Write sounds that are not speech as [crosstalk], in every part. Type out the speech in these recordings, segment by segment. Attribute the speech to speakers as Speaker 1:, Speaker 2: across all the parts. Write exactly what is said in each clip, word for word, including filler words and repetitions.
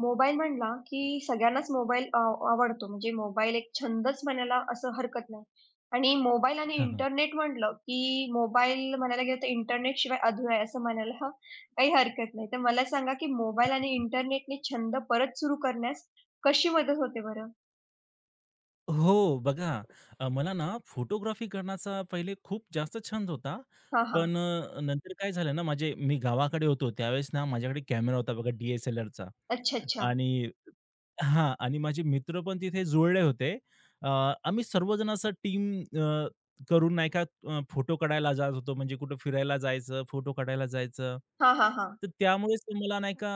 Speaker 1: Mobile म्हणला, की सगळ्यांनाच मोबाईल अ आवडतो. म्हणजे मोबाईल एक छंदच म्हणायला असं हरकत नाही. आणि मोबाईल आणि
Speaker 2: हां, हां.
Speaker 1: इंटरनेट म्हटलं, की मोबाईल म्हणायला गेलं तर इंटरनेटशिवाय अधुरा आहे असं म्हणायला काही हरकत नाही. तर मला सांगा, की मोबाईल आणि इंटरनेटने छंद परत सुरू करण्यास कशी मदत होते बरं?
Speaker 2: हो, बघा. अ, मला ना फोटोग्राफी करण्याचा पहिले खूप जास्त छंद होता.
Speaker 1: हां, हां.
Speaker 2: पण अ, नंतर काय झालं ना, माझे मी गावाकडे होतो त्यावेळेस ना माझ्याकडे कॅमेरा होता बघा, डी-एस-एल-आरचा.
Speaker 1: अच्छा, अच्छा.
Speaker 2: आणि हां, आणि माझे मित्र पण तिथे जुळले होते. अ, आम्ही सर्वजण असं टीम अ, करून नाही का, फोटो काढायला जात होतो. म्हणजे कुठं फिरायला जायचं, फोटो काढायला जायचं.
Speaker 1: हां, हां, हां.
Speaker 2: तर त्यामुळेच ते मला नाही का,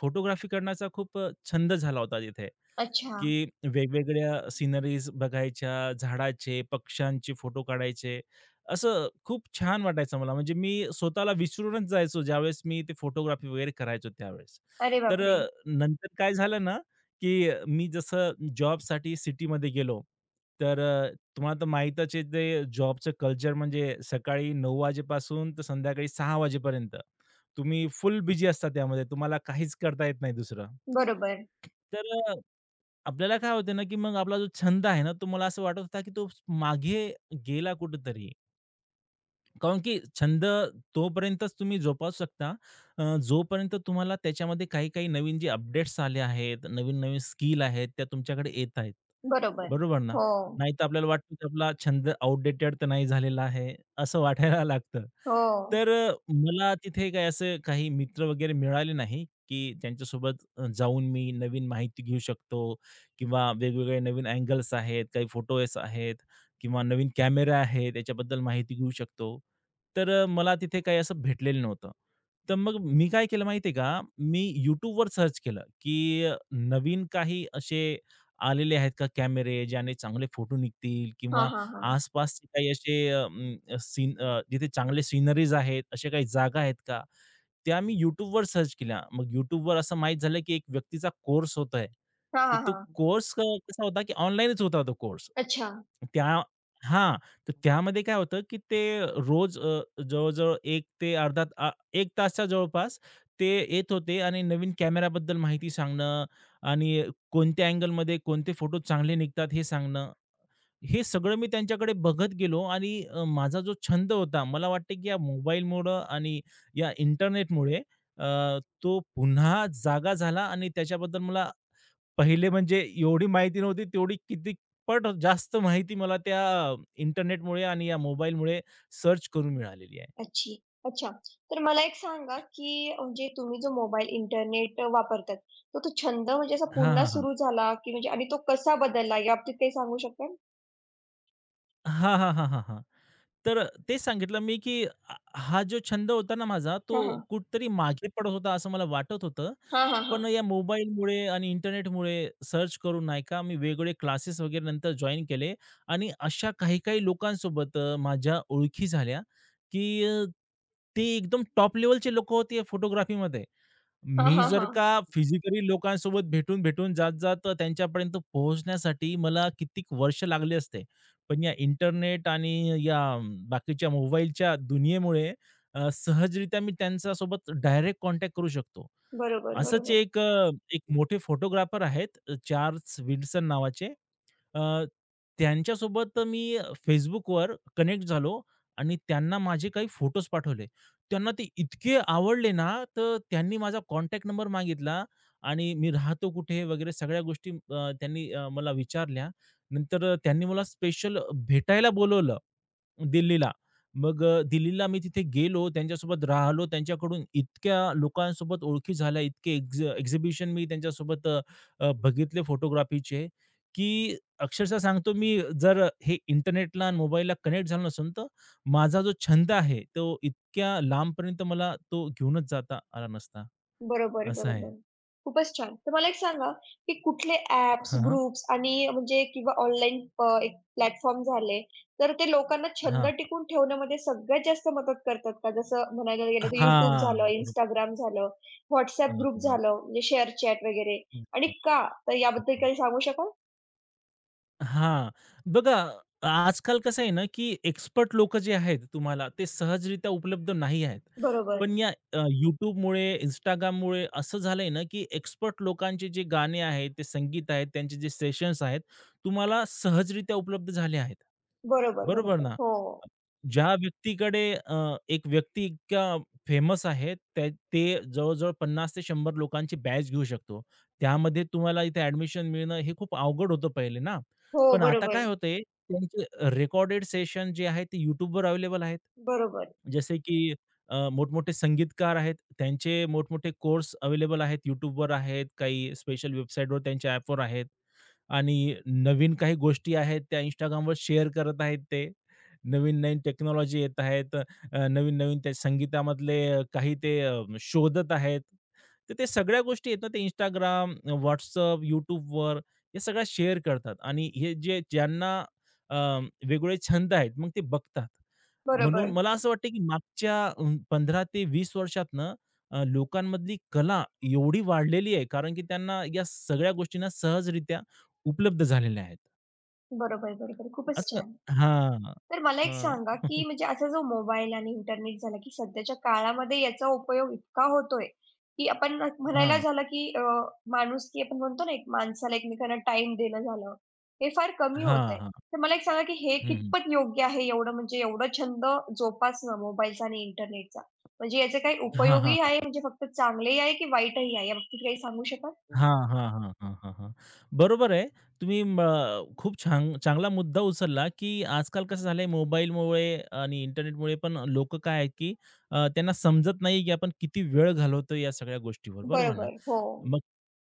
Speaker 2: फोटोग्राफी करण्याचा खूप अ, छंद झाला होता तिथे.
Speaker 1: अच्छा.
Speaker 2: की वेगवेगळ्या सिनरीज बघायच्या, झाडाचे, पक्ष्यांचे फोटो काढायचे. असं खूप छान वाटायचं मला. म्हणजे मी स्वतःला विसरूनच जायचो ज्यावेळेस मी ते फोटोग्राफी वगैरे करायचो त्यावेळेस.
Speaker 1: अरे
Speaker 2: तर
Speaker 1: बापरे!
Speaker 2: अ, नंतर काय झालं ना, की मी जसं जॉबसाठी सिटीमध्ये गेलो, तर अ, तुम्हाला तर माहीतच आहे ते जॉबचं कल्चर. म्हणजे सकाळी नऊ वाजेपासून तर संध्याकाळी सहा वाजेपर्यंत तुम्ही फुल बिझी असता त्यामध्ये. तुम्हाला काहीच करता येत नाही दुसरं.
Speaker 1: बरोबर,
Speaker 2: तर अ, आपल्याला काय होतं ना, की मग आपला जो छंद आहे ना, तो मला असं वाटत होता, की तो मागे गेला कुठेतरी. कारण की छंद तोपर्यंतच तुम्ही जोपासू शकता, अ, जोपर्यंत तुम्हाला त्याच्यामध्ये काही-काही नवीन जे अपडेट्स आले आहेत, नवीन-नवीन स्किल आहेत, त्या तुमच्याकडे येत आहेत.
Speaker 1: बरोबर.
Speaker 2: बरोबर ना?
Speaker 1: हो,
Speaker 2: नाहीतर आपल्याला वाटतं, की आपला छंद आउटडेटेड तर नाही झालेला आहे, असं [laughs] वाटायला लागतं.
Speaker 1: हो.
Speaker 2: तर अ, मला तिथे काही असं काही मित्र वगैरे मिळाले नाही, की त्यांच्यासोबत अ, जाऊन मी नवीन माहिती घेऊ शकतो किंवा वेगवेगळे नवीन अँगल्स आहेत, काही फोटोज आहेत किंवा नवीन कॅमेरा आहे, त्याच्याबद्दल माहिती घेऊ शकतो. तर अ, मला तिथे काही असं भेटलेलं नव्हतं. तर मग मी काय केलं माहिती आहे का? मी YouTubeवर सर्च केलं, की अ, नवीन काही असे आलेले आहेत का कॅमेरे, ज्याने चांगले फोटो निघतील
Speaker 1: हां,
Speaker 2: किंवा
Speaker 1: हां, हां.
Speaker 2: आसपासचे काही असे अं, सीन अ, जिथे चांगले सीनरीज आहेत, अशा काही जागा आहेत का? त्या मी YouTubeवर सर्च केल्या. मग YouTubeवर असं माहीत झालं, की एक व्यक्तीचा कोर्स होत आहे.
Speaker 1: हां,
Speaker 2: तर
Speaker 1: हां,
Speaker 2: तो
Speaker 1: हां.
Speaker 2: कोर्स अ, कसा होता, की ऑनलाईनच होता तो कोर्स.
Speaker 1: अच्छा.
Speaker 2: त्या हां, तर त्यामध्ये काय होतं, की ते रोज अ, जवळ-जवळ एक ते अर्धा अ, एक तासच्या जवळपास ते येत होते आणि नवीन कॅमेराबद्दल माहिती सांगणं आणि कोणत्या अँगलमध्ये कोणते फोटो चांगले निघतात हे सांगणं. हे सगळं मी त्यांच्याकडे बघत गेलो आणि अ, माझा जो छंद होता, मला वाटते की या मोबाईलमुळं आणि या इंटरनेटमुळे अ, तो पुन्हा जागा झाला आणि त्याच्याबद्दल मला पहिले म्हणजे एवढी माहिती नव्हती, तेवढी कितीपट जास्त माहिती मला त्या इंटरनेटमुळे आणि या मोबाईलमुळे सर्च करून मिळालेली आहे.
Speaker 1: अच्छी. अच्छा. तर मला एक सांगा, की म्हणजे तुम्ही जो मोबाईल, इंटरनेट वापरतात, तर तो छंद म्हणजे असा हं.
Speaker 2: हां,
Speaker 1: पुन्हा
Speaker 2: हां, हां.
Speaker 1: सुरू झाला, की म्हणजे आणि तो कसा बदलला याबाबतीत काही सांगू शकता?
Speaker 2: हां, हां, हां, हां, हां. तर अ, तेच सांगितलं मी, की अ, हा जो छंद होता ना माझा, तो
Speaker 1: हां, हां.
Speaker 2: कुठेतरी मागे पडत होता असं मला वाटत होतं.
Speaker 1: हां, हां,
Speaker 2: पण
Speaker 1: हां.
Speaker 2: या मोबाईलमुळे आणि इंटरनेटमुळे सर्च करून नाही का, मी वेगवेगळे क्लासेस वगैरे नंतर जॉइन केले आणि अशा काही-काही लोकांसोबत अ, माझ्या ओळखी झाल्या, की अ, ते एकदम टॉप लेव्हलचे लोकं होते फोटोग्राफीमध्ये.
Speaker 1: हां, म्हणजे
Speaker 2: मी जर
Speaker 1: हां, कसं
Speaker 2: का फिजिकली लोकांसोबत भेटून, भेटून, जात-जात अ, त्यांच्यापर्यंत पोहोचण्यासाठी मला कित्येक वर्ष लागले असते. पण या इंटरनेट आणि या अम, बाकीच्या मोबाईलच्या दुनियेमुळे अ, सहजरित्या मी त्यांच्यासोबत डायरेक्ट कॉन्टॅक्ट करू शकतो.
Speaker 1: बरोबर,
Speaker 2: असंच
Speaker 1: बरोबर.
Speaker 2: एक अ, एक मोठे फोटोग्राफर आहेत, अ, चार्ल्स विल्सन नावाचे. अ, त्यांच्यासोबत मी Facebookवर कनेक्ट झालो आणि त्यांना माझे काही फोटोज पाठवले. त्यांना ते इतके आवडले ना, तर त्यांनी माझा कॉन्टॅक्ट नंबर मागितला आणि मी राहतो कुठे वगैरे सगळ्या गोष्टी अ, त्यांनी अ, मला विचारल्या. नंतर त्यांनी मला स्पेशल भेटायला बोलवलं दिल्लीला. मग अ, दिल्लीला मी तिथे गेलो, त्यांच्यासोबत राहिलो. त्यांच्याकडून इतक्या लोकांसोबत ओळखी झाल्या, इतके एक्झ एक्झिबिशन मी त्यांच्यासोबत अ, अ, बघितले फोटोग्राफीचे, की अक्षरशः सांगतो मी, जर हे इंटरनेटला आणि मोबाईलला कनेक्ट झालो नसेल तर माझा जो छंद आहे तो इतक्या लांबपर्यंत मला तो घेऊनच जाता आला नसता.
Speaker 1: बरोबर,
Speaker 2: असं आहे.
Speaker 1: बरोबर. खूपच छान. तर मला एक सांगा, की कुठले ॲप्स,
Speaker 2: हां, हां.
Speaker 1: ग्रुप्स आणि म्हणजे किंवा ऑनलाईन एक प्लॅटफॉर्म झाले, तर ते लोकांना छंद
Speaker 2: हां.
Speaker 1: टिकवून ठेवण्यामध्ये सगळ्यात जास्त मदत करतात का? जसं म्हणायला गेलं तर YouTube
Speaker 2: हां.
Speaker 1: झालं,
Speaker 2: बरोबर.
Speaker 1: Instagram झालं,
Speaker 2: हां,
Speaker 1: WhatsApp ग्रुप
Speaker 2: हां.
Speaker 1: झालं, म्हणजे शेअर चॅट वगैरे आणि
Speaker 2: [unintelligible]
Speaker 1: का? तर याबद्दल काही सांगू शकाल?
Speaker 2: हां. बघा, आजकाल कसं आहे ना, की एक्सपर्ट लोक जे आहेत तुम्हाला ते सहजरित्या उपलब्ध नाही आहेत.
Speaker 1: बरोबर,
Speaker 2: पण या अ, YouTubeमुळे, Instagramमुळे असं झालंय ना, की एक्सपर्ट लोकांचे जे गाणे आहेत, ते संगीत आहेत, त्यांचे जे सेशन्स आहेत, तुम्हाला सहजरित्या उपलब्ध झाले आहेत.
Speaker 1: बरोबर,
Speaker 2: बरोबर
Speaker 1: बरोबर.
Speaker 2: ना?
Speaker 1: हो,
Speaker 2: ज्या व्यक्तीकडे अ, एक व्यक्ती इतका फेमस आहे, त्या ते जवळ-जवळ पन्नास ते शंभर लोकांची बॅच घेऊ शकतो. त्यामध्ये तुम्हाला इथे ॲडमिशन मिळणं हे खूप अवघड होतं पहिले ना.
Speaker 1: हो.
Speaker 2: पण आता काय
Speaker 1: बरोबर,
Speaker 2: होते, त्यांचे रेकॉर्डेड सेशन जे आहे ते YouTubeवर अवेलेबल आहेत.
Speaker 1: बरोबर,
Speaker 2: जसे की अ, मोठमोठे संगीतकार आहेत, त्यांचे मोठमोठे कोर्स अवेलेबल आहेत. YouTubeवर आहेत, काही स्पेशल वेबसाईटवर त्यांच्या ॲपवर आहेत आणि नवीन काही गोष्टी आहेत त्या Instagramवर शेअर करत आहेत ते. नवीन-नवीन टेक्नॉलॉजी येत आहेत. अ, नवीन-नवीन ते संगीतामधले अ, काही ते अ, शोधत आहेत. तर ते सगळ्या गोष्टी आहेत ना, ते Instagram, WhatsApp, YouTubeवर या सगळ्या शेअर करतात आणि हे जे ज्यांना अ, वेगवेगळे छंद आहेत, मग ते बघतात. म्हणून
Speaker 1: बरोबर,
Speaker 2: मला असं वाटतं, की मागच्या अ, पंधरा ते वीस वर्षातनं अ, लोकांमधली कला एवढी वाढलेली आहे, कारण की त्यांना या सगळ्या गोष्टींना सहजरित्या उपलब्ध झालेल्या आहेत.
Speaker 1: बरोबर, बरोबर. खूपच
Speaker 2: असं
Speaker 1: छान.
Speaker 2: हां.
Speaker 1: तर मला
Speaker 2: अ,
Speaker 1: एक सांगा, की
Speaker 2: [laughs]
Speaker 1: म्हणजे असा जो मोबाईल आणि इंटरनेट झाला, की सध्याच्या काळामध्ये याचा उपयोग इतका होतोय, की आपण म्हणायला
Speaker 2: हां,
Speaker 1: झालं, की अ, माणुसकी आपण म्हणतो ना, एक माणसाला एकमेकांना टाईम देणं झालं, हे फार कमी हं. होतंय.
Speaker 2: हां.
Speaker 1: तर मला एक सांगा, की हे
Speaker 2: हं, हं.
Speaker 1: कितपत योग्य आहे एवढं म्हणजे एवढा छंद जोपासणं मोबाईलचा आणि इंटरनेटचा? म्हणजे याचे काही
Speaker 2: हां, हां.
Speaker 1: उपयोगही आहे
Speaker 2: [laughs]
Speaker 1: म्हणजे फक्त चांगलेही आहे, की वाईटही आहे? याबाबतीत काही सांगू शकाल?
Speaker 2: हां, हां, हां, हां, हां, हां. बरोबर आहे. तुम्ही म खूप छान चांगला मुद्दा उचलला, की आजकाल कसं झालंय मोबाईलमुळे आणि इंटरनेटमुळे, पण लोकं काय आहे, की अ, त्यांना समजत नाही, की आपण किती वेळ घालवतो या सगळ्या गोष्टीवर, बरोबर ना?
Speaker 1: बरोबर. हो.
Speaker 2: मग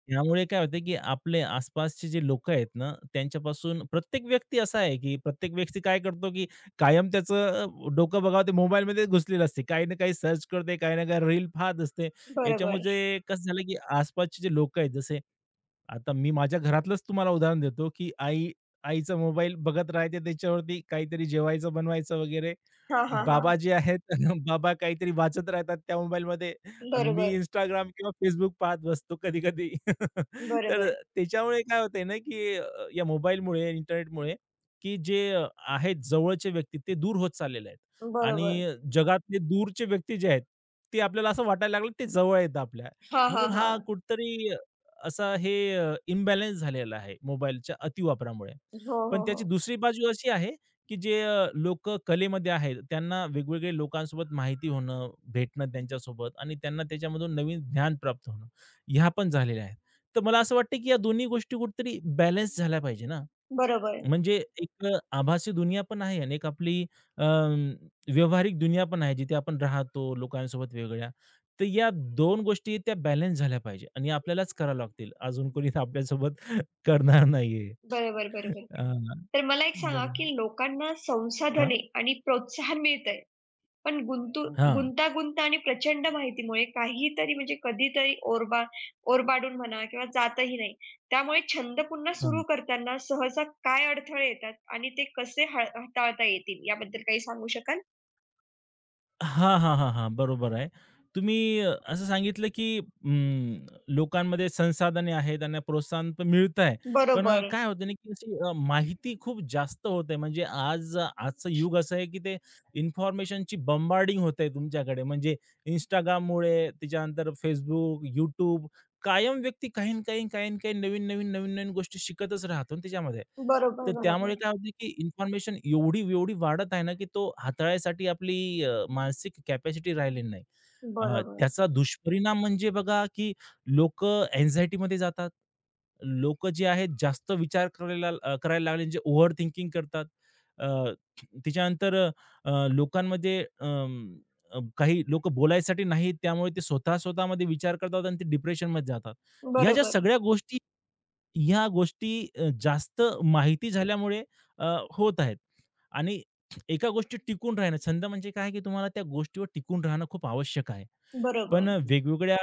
Speaker 2: त्यामुळे काय होतं, की आपले आसपासचे जे लोकं आहेत ना, त्यांच्यापासून प्रत्येक व्यक्ती असा आहे, की प्रत्येक व्यक्ती काय करतो, की कायम त्याचं अ, डोकं बघावं ते मोबाईलमध्ये घुसलेलं असते. काही ना काही सर्च करते, काही ना काही रील पाहत असते.
Speaker 1: बरोबर.
Speaker 2: याच्यामुळे कसं झालं, की आसपासचे जे लोकं आहेत, जसे आता मी माझ्या घरातलंच तुम्हाला उदाहरण देतो, की आई आईचा मोबाईल बघत राहते त्याच्यावरती काहीतरी जेवायचं बनवायचं वगैरे.
Speaker 1: हां, हां, हां.
Speaker 2: बाबा जे आहेत, [laughs] बाबा काहीतरी वाचत राहतात त्या मोबाईल मोबाईलमध्ये. आणि मी
Speaker 1: बरोबर,
Speaker 2: Instagram किंवा Facebook पाहत बसतो कधी-कधी. [laughs] तर
Speaker 1: बरोबर,
Speaker 2: त्याच्यामुळे काय होतंय ना, की अ, या मोबाईलमुळे, इंटरनेटमुळे, की जे अ, आहेत जवळचे व्यक्ती ते दूर होत चाललेले आहेत
Speaker 1: बरोबर.
Speaker 2: आणि जगातले दूरचे व्यक्ती जे आहेत, ते आपल्याला असं वाटायला लागलं ते जवळ आहेत आपल्या.
Speaker 1: हां, हां,
Speaker 2: म्हणून हा
Speaker 1: हां.
Speaker 2: कुठेतरी असा हे अ, इम्बॅलन्स झालेला आहे मोबाईलच्या अतिवापरामुळे.
Speaker 1: हो,
Speaker 2: पण
Speaker 1: हो, हो.
Speaker 2: त्याची दुसरी बाजू अशी आहे, की जे अ, लोकं कलेमध्ये आहेत, त्यांना वेगवेगळ्या लोकांसोबत माहिती होणं, भेटणं त्यांच्यासोबत आणि त्यांना त्याच्यामधून नवीन ज्ञान प्राप्त होणं, ह्या पण झालेल्या आहेत. तर मला असं वाटतं, की या दोन्ही गोष्टी कुठेतरी बॅलन्स झाल्या पाहिजे ना.
Speaker 1: बरोबर, हं.
Speaker 2: म्हणजे एक आभासी दुनिया पण आहे आणि एक आपली अ, व्यावहारिक दुनिया पण आहे, जिथे आपण राहतो लोकांसोबत वेगळ्या. तर या दोन गोष्टी त्या बॅलन्स झाल्या पाहिजे आणि आपल्यालाच कराव्या लागतील. अजून कोणी आपल्यासोबत [laughs] करणार नाहीये.
Speaker 1: बरोबर, बरोबर.
Speaker 2: अ,
Speaker 1: तर मला एक सांगा, की
Speaker 2: बरोबर.
Speaker 1: लोकांना
Speaker 2: हां,
Speaker 1: संसाधने आणि प्रोत्साहन मिळतंय, पण गुंतू हं.
Speaker 2: हां,
Speaker 1: गुंतागुंत आणि प्रचंड माहितीमुळे काहीतरी म्हणजे कधीतरी ओरबा ओरबाडून म्हणा किंवा जातही नाही. त्यामुळे छंद पुन्हा
Speaker 2: हां.
Speaker 1: सुरू करताना सहसा काय अडथळे येतात आणि ते कसे हाळ हाताळता येतील याबद्दल काही सांगू शकाल?
Speaker 2: हां, हां, हां, हां. बरोबर आहे. तुम्ही अ, असं सांगितलं, की अं, लोकांमध्ये संसाधने आहेत, त्यांना प्रोत्साहन पण मिळत आहे. पण अ,
Speaker 1: बरोबर.
Speaker 2: काय होतं ना, की अशी अ, माहिती खूप जास्त होते. म्हणजे आज आजचं युग असं आहे, की ते इन्फॉर्मेशनची बंबार्डिंग होते तुमच्याकडे. म्हणजे Instagramमुळे, त्याच्यानंतर Facebook, YouTube, कायम व्यक्ती काही ना काही, काही ना काही नवीन-नवीन, नवीन-नवीन गोष्टी शिकतच राहतो ना त्याच्यामध्ये.
Speaker 1: बरोबर,
Speaker 2: तर त्यामुळे
Speaker 1: बरोबर.
Speaker 2: काय होते, की इन्फॉर्मेशन एवढी-एवढी वाढत आहे ना, की तो हाताळायसाठी आपली अ, मानसिक कॅपॅसिटी राहिलेली नाही. अ,
Speaker 1: बरोबर.
Speaker 2: त्याचा दुष्परिणाम म्हणजे बघा, की लोकं अँक्झायटीमध्ये जातात. लोक जे आहेत जास्त विचार करायला अ, करायला लागले, जे ओव्हर थिंकिंग करतात. अ, त्याच्यानंतर अ, लोकांमध्ये अं, अ, काही लोकं बोलायसाठी नाहीत, त्यामुळे ते स्वतः स्वतःमध्ये विचार करतात आणि ते डिप्रेशनमध्ये जातात. ह्या ज्या
Speaker 1: बरोबर.
Speaker 2: सगळ्या गोष्टी ह्या गोष्टी अ, जास्त माहिती झाल्यामुळे अ, होत आहेत. आणि एका गोष्टीत टिकून राहणं छंद म्हणजे काय, की तुम्हाला त्या गोष्टीवर टिकून राहणं खूप आवश्यक आहे.
Speaker 1: बरोबर.
Speaker 2: पण वेगवेगळ्या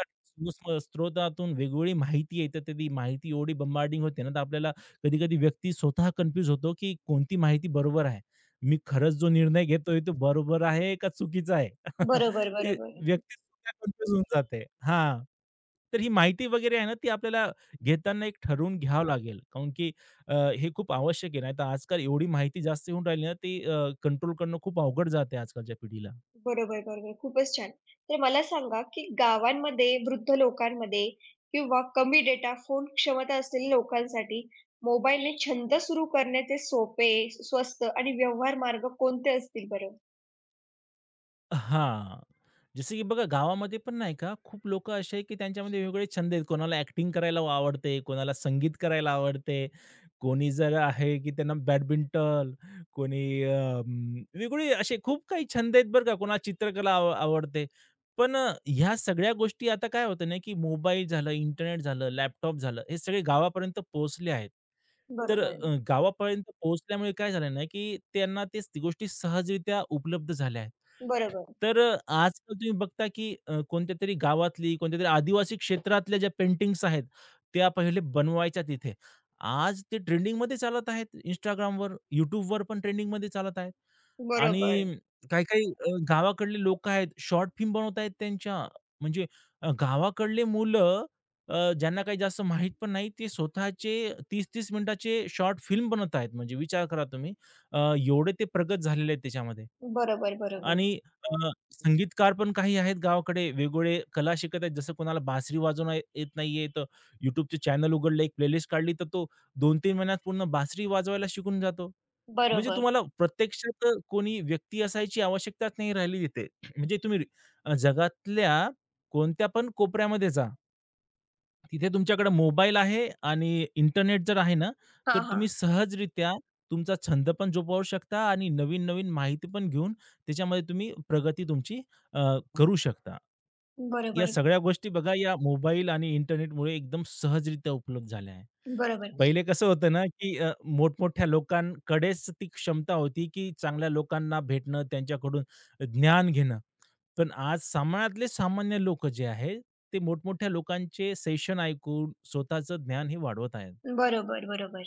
Speaker 2: स्म स्रोतातून वेगवेगळी माहिती येते, तर ती माहिती एवढी बंबार्डिंग होते ना, तर आपल्याला कधी-कधी व्यक्ती स्वतः कन्फ्यूज होतो, की कोणती माहिती बरोबर आहे. मी खरंच जो निर्णय घेतोय तो बरोबर आहे का चुकीचा आहे?
Speaker 1: बरोबर,
Speaker 2: [laughs] ते
Speaker 1: बरोबर.
Speaker 2: व्यक्ती कन्फ्यूज होऊन जाते. हां, तर ही माहिती वगैरे आहे ना, ती आपल्याला घेताना एक ठरवून घ्यावं लागेल. काऊन की अ, हे खूप आवश्यक आहे. नाहीतर आजकाल एवढी माहिती जास्त येऊन राहिली ना, ती कंट्रोल करणं खूप अवघड जाते आजकालच्या पिढीला.
Speaker 1: बरोबर, बरोबर. खूपच छान. तर मला सांगा, की गावांमध्ये वृद्ध लोकांमध्ये किंवा कमी डेटा, फोन क्षमता असलेल्या लोकांसाठी मोबाईलने छंद सुरू करण्याचे सोपे, स्वस्त आणि व्यवहार मार्ग कोणते असतील बरं?
Speaker 2: हां. जसं की बघा गावामध्ये पण नाही का, खूप लोकं असे आहे की त्यांच्यामध्ये वेगवेगळे छंद आहेत. कोणाला ॲक्टिंग करायला आवडते, कोणाला संगीत करायला आवडते, कोणी जर आहे की त्यांना बॅडमिंटन, कोणी अ, वेगवेगळे असे खूप काही छंद आहेत बरं का. कोणाला चित्रकला आव आवडते. पण अ, ह्या सगळ्या गोष्टी आता काय होतं ना, की मोबाईल झालं, इंटरनेट झालं, लॅपटॉप झालं, हे सगळे गावापर्यंत पोहोचले आहेत. तर
Speaker 1: बरोबर,
Speaker 2: अ, गावापर्यंत पोहोचल्यामुळे काय झालं ना, की त्यांना तेच गोष्टी सहजरित्या उपलब्ध झाल्या आहेत.
Speaker 1: बरोबर,
Speaker 2: तर अ, आजकाल तुम्ही बघता की अ, कोणत्यातरी गावातली, कोणत्यातरी आदिवासी क्षेत्रातल्या ज्या पेंटिंग्स आहेत, त्या पहिले बनवायच्या तिथे. आज ते ट्रेंडिंगमध्ये चालत आहेत. Instagramवर, YouTubeवर पण ट्रेंडिंगमध्ये चालत आहेत.
Speaker 1: बरोबर,
Speaker 2: आणि काही-काही अ, गावाकडले लोकं आहेत, शॉर्ट फिल्म बनवत आहेत त्यांच्या. म्हणजे अ, गावाकडले मुलं अ, ज्यांना काही जास्त माहीत पण नाही, ते स्वतःचे तीस तीस मिनिटाचे शॉर्ट फिल्म बनवत आहेत. म्हणजे विचार करा तुम्ही. अ, एवढे ते प्रगत झालेले आहेत त्याच्यामध्ये.
Speaker 1: बरोबर, बरोबर,
Speaker 2: आणि अ, संगीतकार पण काही आहेत गावाकडे, वेगवेगळे कला शिकत आहेत. जसं कोणाला बासरी वाजवणं येत नाहीये, तर YouTubeचे चॅनल उघडलं, एक प्लेलिस्ट काढली, तर तो दोन तीन महिन्यात पूर्ण बासरी वाजवायला शिकून जातो. म्हणजे
Speaker 1: बरोबर.
Speaker 2: तुम्हाला प्रत्यक्षात कोणी व्यक्ती असायची आवश्यकताच नाही राहिली तिथे. म्हणजे तुम्ही अ, जगातल्या कोणत्या पण कोपऱ्यामध्ये जा. तिथे तुमच्याकडे मोबाईल आहे आणि इंटरनेट जर आहे ना, तर
Speaker 1: हां, हां.
Speaker 2: तुम्ही सहजरित्या तुमचा छंद पण जोपावू शकता आणि नवीन-नवीन माहिती पण घेऊन त्याच्यामध्ये तुम्ही प्रगती तुमची अ, करू शकता. या
Speaker 1: बरोबर,
Speaker 2: सगळ्या गोष्टी बघा या मोबाईल आणि इंटरनेटमुळे एकदम सहजरित्या उपलब्ध झाल्या आहे.
Speaker 1: बरोबर,
Speaker 2: पहिले कसं होतं ना, की अ, मोठमोठ्या लोकांकडेच ती क्षमता होती, की चांगल्या लोकांना भेटणं, त्यांच्याकडून ज्ञान घेणं. पण आज समाजातले सामान्य लोकं जे आहेत, ते मोठमोठ्या लोकांचे सेशन ऐकून स्वतःचं ज्ञान हे वाढवत आहेत.
Speaker 1: बरोबर, बरोबर.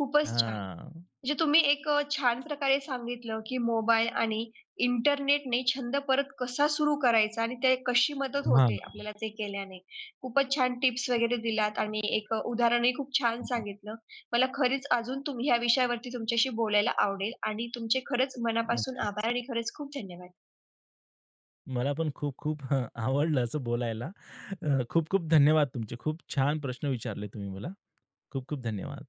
Speaker 1: खूपच छान.
Speaker 2: हां.
Speaker 1: म्हणजे तुम्ही एक अ, छान प्रकारे सांगितलं, की मोबाईल आणि इंटरनेटने छंद परत कसा सुरू करायचा आणि ते कशी मदत हो.
Speaker 2: हां,
Speaker 1: होते आपल्याला ते केल्याने. खूपच छान टिप्स वगैरे दिलात आणि एक अ, उदाहरणही खूप छान
Speaker 2: हां.
Speaker 1: सांगितलं. मला खरीच अजून तुम्ही ह्या विषयावरती तुमच्याशी बोलायला आवडेल आणि तुमचे खरंच मनापासून
Speaker 2: नक्कीच.
Speaker 1: आभार आणि खरंच खूप धन्यवाद.
Speaker 2: मला पण खूप-खूप हं, आवडलं असं बोलायला. अ, खूप-खूप धन्यवाद तुमचे. खूप छान प्रश्न विचारले तुम्ही मला. खूप-खूप धन्यवाद.